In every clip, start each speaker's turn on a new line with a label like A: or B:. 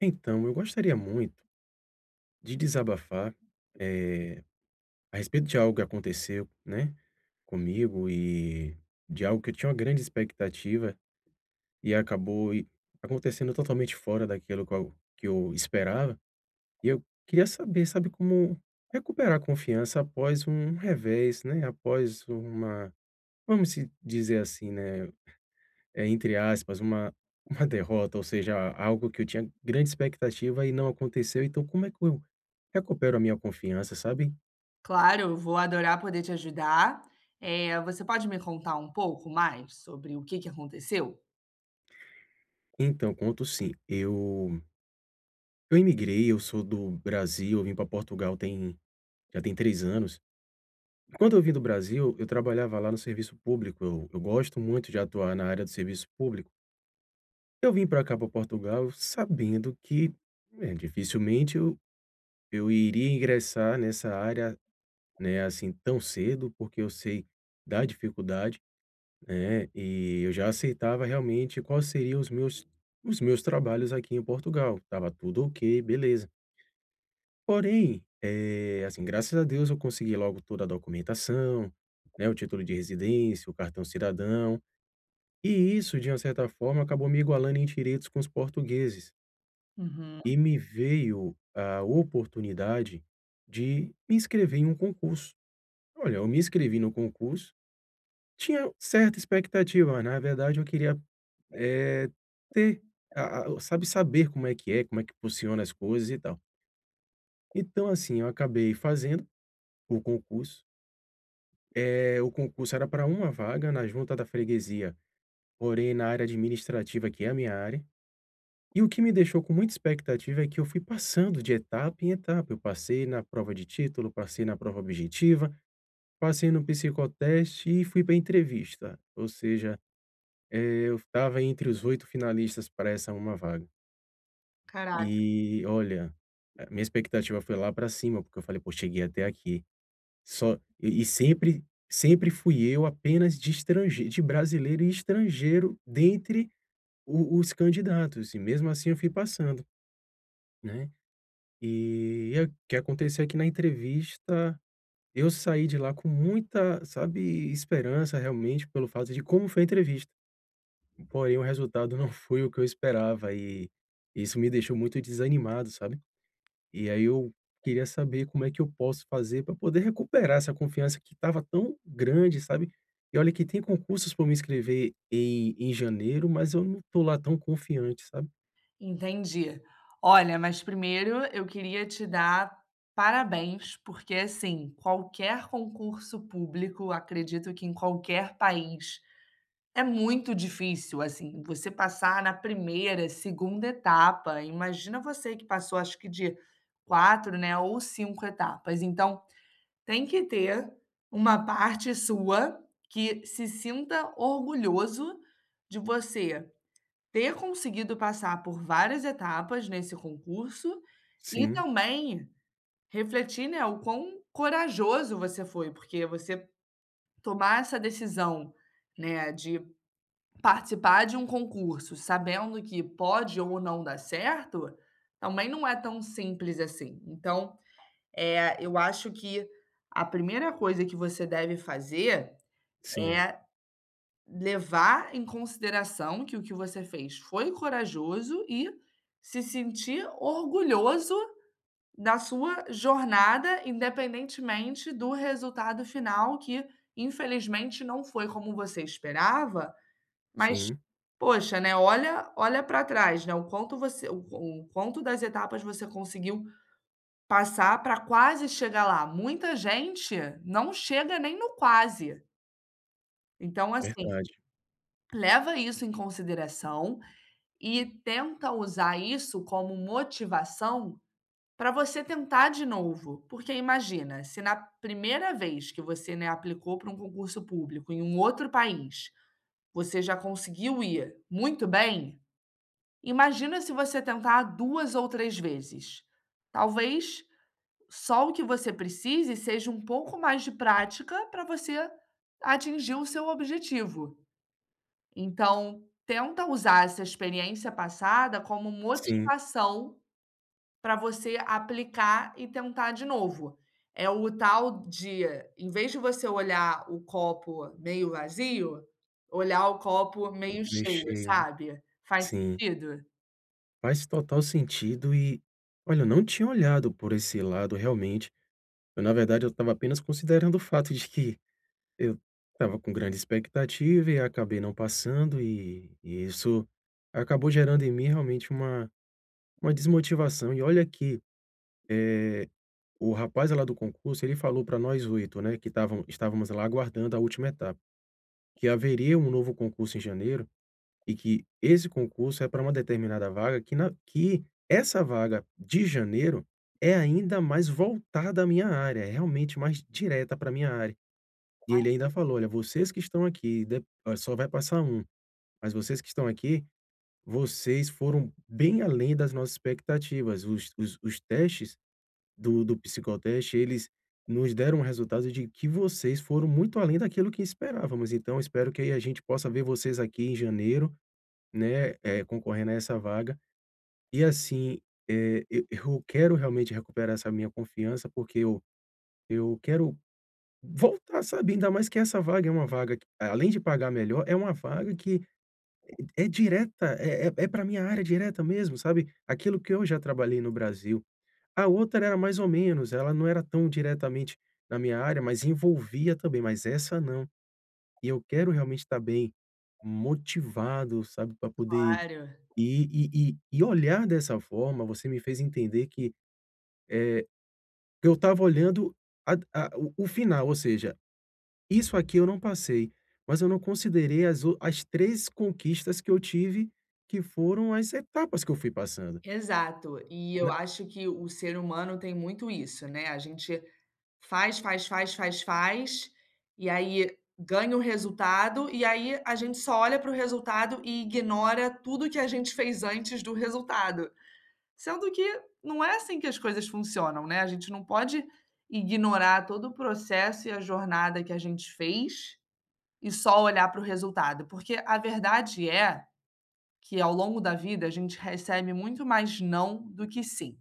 A: Então, eu gostaria muito de desabafar, eh, a respeito de algo que aconteceu, né, comigo e de algo que eu tinha uma grande expectativa e acabou acontecendo totalmente fora daquilo que eu esperava. E eu queria saber, sabe, como recuperar a confiança após um revés, né, após uma, vamos se dizer assim, né, é entre aspas, uma derrota, ou seja, algo que eu tinha grande expectativa e não aconteceu, então como é que eu recupero a minha confiança, sabe?
B: Claro, eu vou adorar poder te ajudar. Você pode me contar um pouco mais sobre o que aconteceu?
A: Então, conto sim. Eu imigrei, eu sou do Brasil, eu vim para Portugal tem, já tem 3 anos. E quando eu vim do Brasil, eu trabalhava lá no serviço público, eu gosto muito de atuar na área do serviço público. Eu vim para cá, para Portugal, sabendo que, dificilmente eu iria ingressar nessa área, né, assim, tão cedo, porque eu sei da dificuldade, né, e eu já aceitava realmente quais seriam os meus trabalhos aqui em Portugal. Estava tudo ok, beleza. Porém, assim, graças a Deus eu consegui logo toda a documentação, né, o título de residência, o cartão cidadão, e isso, de uma certa forma, acabou me igualando em direitos com os portugueses.
B: Uhum.
A: E me veio a oportunidade de me inscrever em um concurso. Olha, eu me inscrevi no concurso. Tinha certa expectativa, na verdade eu queria, eh, ter a sabe, saber como é que é, como é que funciona as coisas e tal. Então assim, eu acabei fazendo o concurso. O concurso era para uma vaga na junta da freguesia, porém na área administrativa, que é a minha área, e o que me deixou com muita expectativa é que eu fui passando de etapa em etapa, eu passei na prova de título, passei na prova objetiva, passei no psicoteste e fui para entrevista, ou seja, eu estava entre os 8 finalistas para essa uma vaga.
B: Caraca,
A: E olha, a minha expectativa foi lá para cima, porque eu falei: "Pô, cheguei até aqui". Só e sempre fui eu apenas de estrange de brasileiro e estrangeiro dentre o os candidatos, e mesmo assim eu fui passando, né. E o que aconteceu é que na entrevista, eu saí de lá com muita, sabe, esperança realmente pelo fato de como foi a entrevista. Porém, o resultado não foi o que eu esperava e isso me deixou muito desanimado, sabe. E aí eu queria saber como é que eu posso fazer para poder recuperar essa confiança que estava tão grande, sabe. E olha que tem concursos para me inscrever em janeiro, mas eu não tô lá tão confiante, sabe.
B: entendi. Olha, mas primeiro eu queria te dar parabéns, porque assim, qualquer concurso público, acredito que em qualquer país, é muito difícil, assim, você passar na primeira, segunda etapa. Imagina, você que passou acho que de 4, né, ou 5 etapas. Então, tem que ter uma parte sua que se sinta orgulhoso de você ter conseguido passar por várias etapas nesse concurso, e
A: Sim,
B: também refletir, né, o quão corajoso você foi, porque você tomar essa decisão, né, de participar de um concurso sabendo que pode ou não dar certo, também não é tão simples assim. Então, eu acho que a primeira coisa que você deve fazer
A: sim,
B: é levar em consideração que o que você fez foi corajoso e se sentir orgulhoso da sua jornada, independentemente do resultado final, que infelizmente não foi como você esperava, mas
A: sim,
B: poxa, né, olha para trás, né, o quanto você o quanto das etapas você conseguiu passar para quase chegar lá. Muita gente não chega nem no quase. Então, assim,
A: verdade.
B: leva isso em consideração e tenta usar isso como motivação para você tentar de novo. Porque imagina, se na primeira vez que você, né, aplicou para um concurso público em um outro país, você já conseguiu ir muito bem, imagina se você tentar 2 ou 3 vezes. Talvez só o que você precise seja um pouco mais de prática para você atingir o seu objetivo. Então, tenta usar essa experiência passada como
A: Sim,
B: motivação para você aplicar e tentar de novo. É o tal de, em vez de você olhar o copo meio vazio, olhar o copo meio
A: meio
B: cheio,
A: cheio, né.
B: sabe? Faz
A: Sim,
B: sentido?
A: faz total sentido e, olha, eu não tinha olhado por esse lado realmente. Eu, na verdade, eu estava apenas considerando o fato de que eu estava com grande expectativa e acabei não passando e isso acabou gerando em mim realmente uma desmotivação. E olha que, eh, o rapaz lá do concurso, ele falou para nós 8, né, que estavam estávamos lá aguardando a última etapa, que haveria um novo concurso em janeiro e que esse concurso é para uma determinada vaga que na que essa vaga de janeiro é ainda mais voltada à minha área, é realmente mais direta para minha área. E ele ainda falou: "Olha, vocês que estão aqui, de olha, só vai passar um, mas vocês que estão aqui, vocês foram bem além das nossas expectativas. Os testes do psicoteste, eles nos deram um resultado de que vocês foram muito além daquilo que esperávamos. Então, espero que aí a gente possa ver vocês aqui em janeiro, né, concorrendo a essa vaga". E assim, eu quero realmente recuperar essa minha confiança, porque eu quero voltar, sabe, ainda mais que essa vaga é uma vaga que, além de pagar melhor, é uma vaga que é direta, é pra minha área direta mesmo, sabe, aquilo que eu já trabalhei no Brasil. A outra era mais ou menos, ela não era tão diretamente na minha área, mas envolvia também, mas essa não. E eu quero realmente estar bem motivado, sabe, para poder
B: Claro.
A: ir e olhar dessa forma. Você me fez entender que eu estava olhando a o final, ou seja, isso aqui eu não passei, mas eu não considerei as 3 conquistas que eu tive, que foram as etapas que eu fui passando,
B: Exato. E eu
A: né.
B: acho que o ser humano tem muito isso, né? A gente faz, faz, faz, faz, faz, e aí ganha o resultado, e aí a gente só olha para o resultado e ignora tudo que a gente fez antes do resultado. Sendo que não é assim que as coisas funcionam, né, a gente não pode ignorar todo o processo e a jornada que a gente fez e só olhar para o resultado, porque a verdade é que ao longo da vida a gente recebe muito mais não do que sim.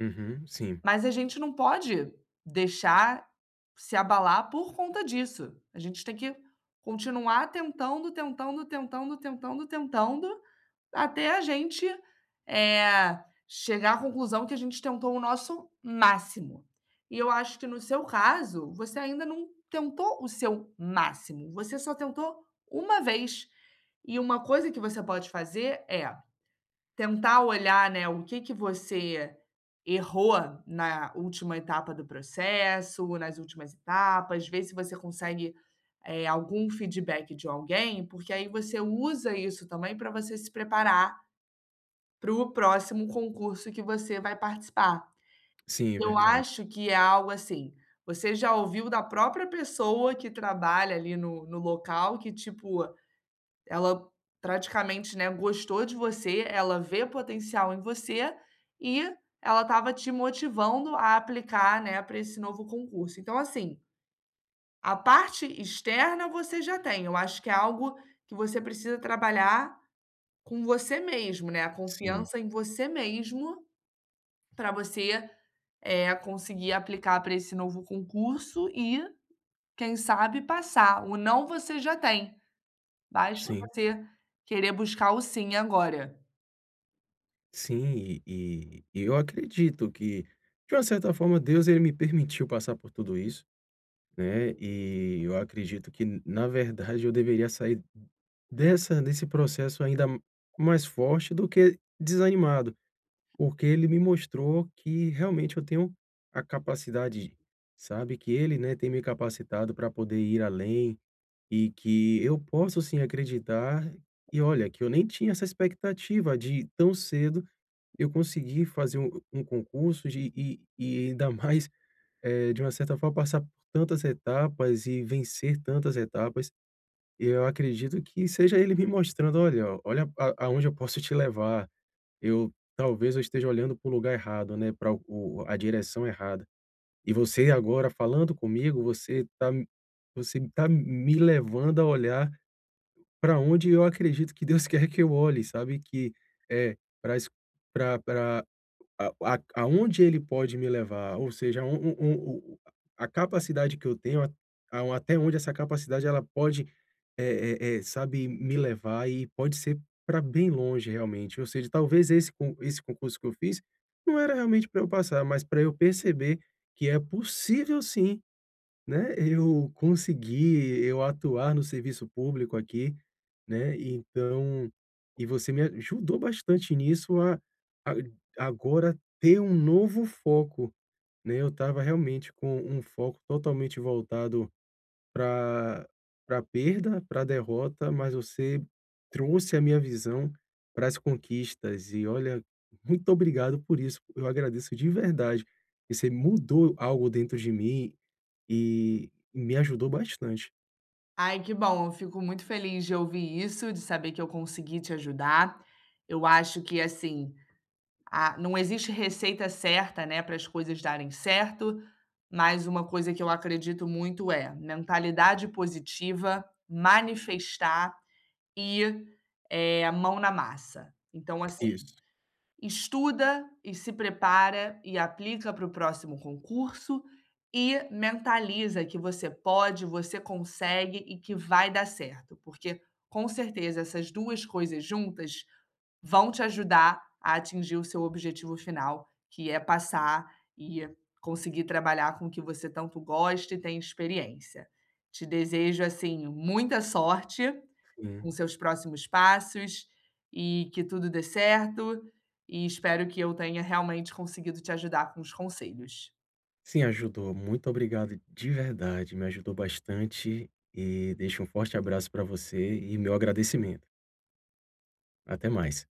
A: Uhum, sim,
B: Mas a gente não pode deixar se abalar por conta disso. A gente tem que continuar tentando, tentando, tentando, tentando, tentando, até a gente, chegar à conclusão que a gente tentou o nosso máximo. E eu acho que no seu caso, você ainda não tentou o seu máximo, você só tentou uma vez. E uma coisa que você pode fazer é tentar olhar, né, o que você errou na última etapa do processo, nas últimas etapas, ver se você consegue, algum feedback de alguém, porque aí você usa isso também para você se preparar para o próximo concurso que você vai participar.
A: sim, é
B: Eu
A: verdade.
B: acho que é algo assim, você já ouviu da própria pessoa que trabalha ali no local, que tipo, ela praticamente, né, gostou de você, ela vê potencial em você e ela estava te motivando a aplicar, né, para esse novo concurso. Então, assim, a parte externa você já tem. Eu acho que é algo que você precisa trabalhar com você mesmo, né? A
A: Sim,
B: confiança em você mesmo para você é conseguir aplicar para esse novo concurso e, quem sabe, passar. O não você já tem. Basta
A: sim,
B: você querer buscar o sim agora.
A: sim, e eu acredito que, de uma certa forma, Deus ele me permitiu passar por tudo isso, né, e eu acredito que, na verdade, eu deveria sair dessa desse processo ainda mais forte do que desanimado. Porque ele me mostrou que realmente eu tenho a capacidade, sabe, que ele, né, tem me capacitado para poder ir além e que eu posso sim acreditar. E olha, que eu nem tinha essa expectativa de tão cedo eu conseguir fazer um concurso e ainda mais, de uma certa forma, passar por tantas etapas e vencer tantas etapas. Eu acredito que seja ele me mostrando, olha, olha aonde eu posso te levar, eu talvez eu esteja olhando para o lugar errado, né, para o a direção errada. E você agora falando comigo, você tá me levando a olhar para onde eu acredito que Deus quer que eu olhe, sabe, que é, para es pra pra a a aonde ele pode me levar, ou seja, o a capacidade que eu tenho, até onde essa capacidade ela pode, sabe, me levar, e pode ser para bem longe realmente, ou seja, talvez esse concurso que eu fiz, não era realmente para eu passar, mas para eu perceber que é possível sim, né, eu atuar no serviço público aqui, né, então, e você me ajudou bastante nisso, a agora ter um novo foco, né. Eu estava realmente com um foco totalmente voltado para perda, para derrota, mas você trouxe a minha visão para as conquistas e olha, muito obrigado por isso, eu agradeço de verdade, e você mudou algo dentro de mim e me ajudou bastante.
B: Ai, que bom. Eu fico muito feliz de ouvir isso, de saber que eu consegui te ajudar. Eu acho que, assim, a não existe receita certa, né, para as coisas darem certo, mas uma coisa que eu acredito muito é mentalidade positiva, manifestar e, mão na massa. Então, assim,
A: Isso,
B: estuda e se prepara e aplica para o próximo concurso e mentaliza que você pode, você consegue e que vai dar certo, porque com certeza essas duas coisas juntas vão te ajudar a atingir o seu objetivo final, que é passar e conseguir trabalhar com o que você tanto gosta e tem experiência. Te desejo assim muita sorte
A: sim.
B: com seus próximos passos e que tudo dê certo. E espero que eu tenha realmente conseguido te ajudar com os conselhos.
A: Sim, ajudou. Muito obrigado de verdade, me ajudou bastante e deixo um forte abraço para você e meu agradecimento. Até mais.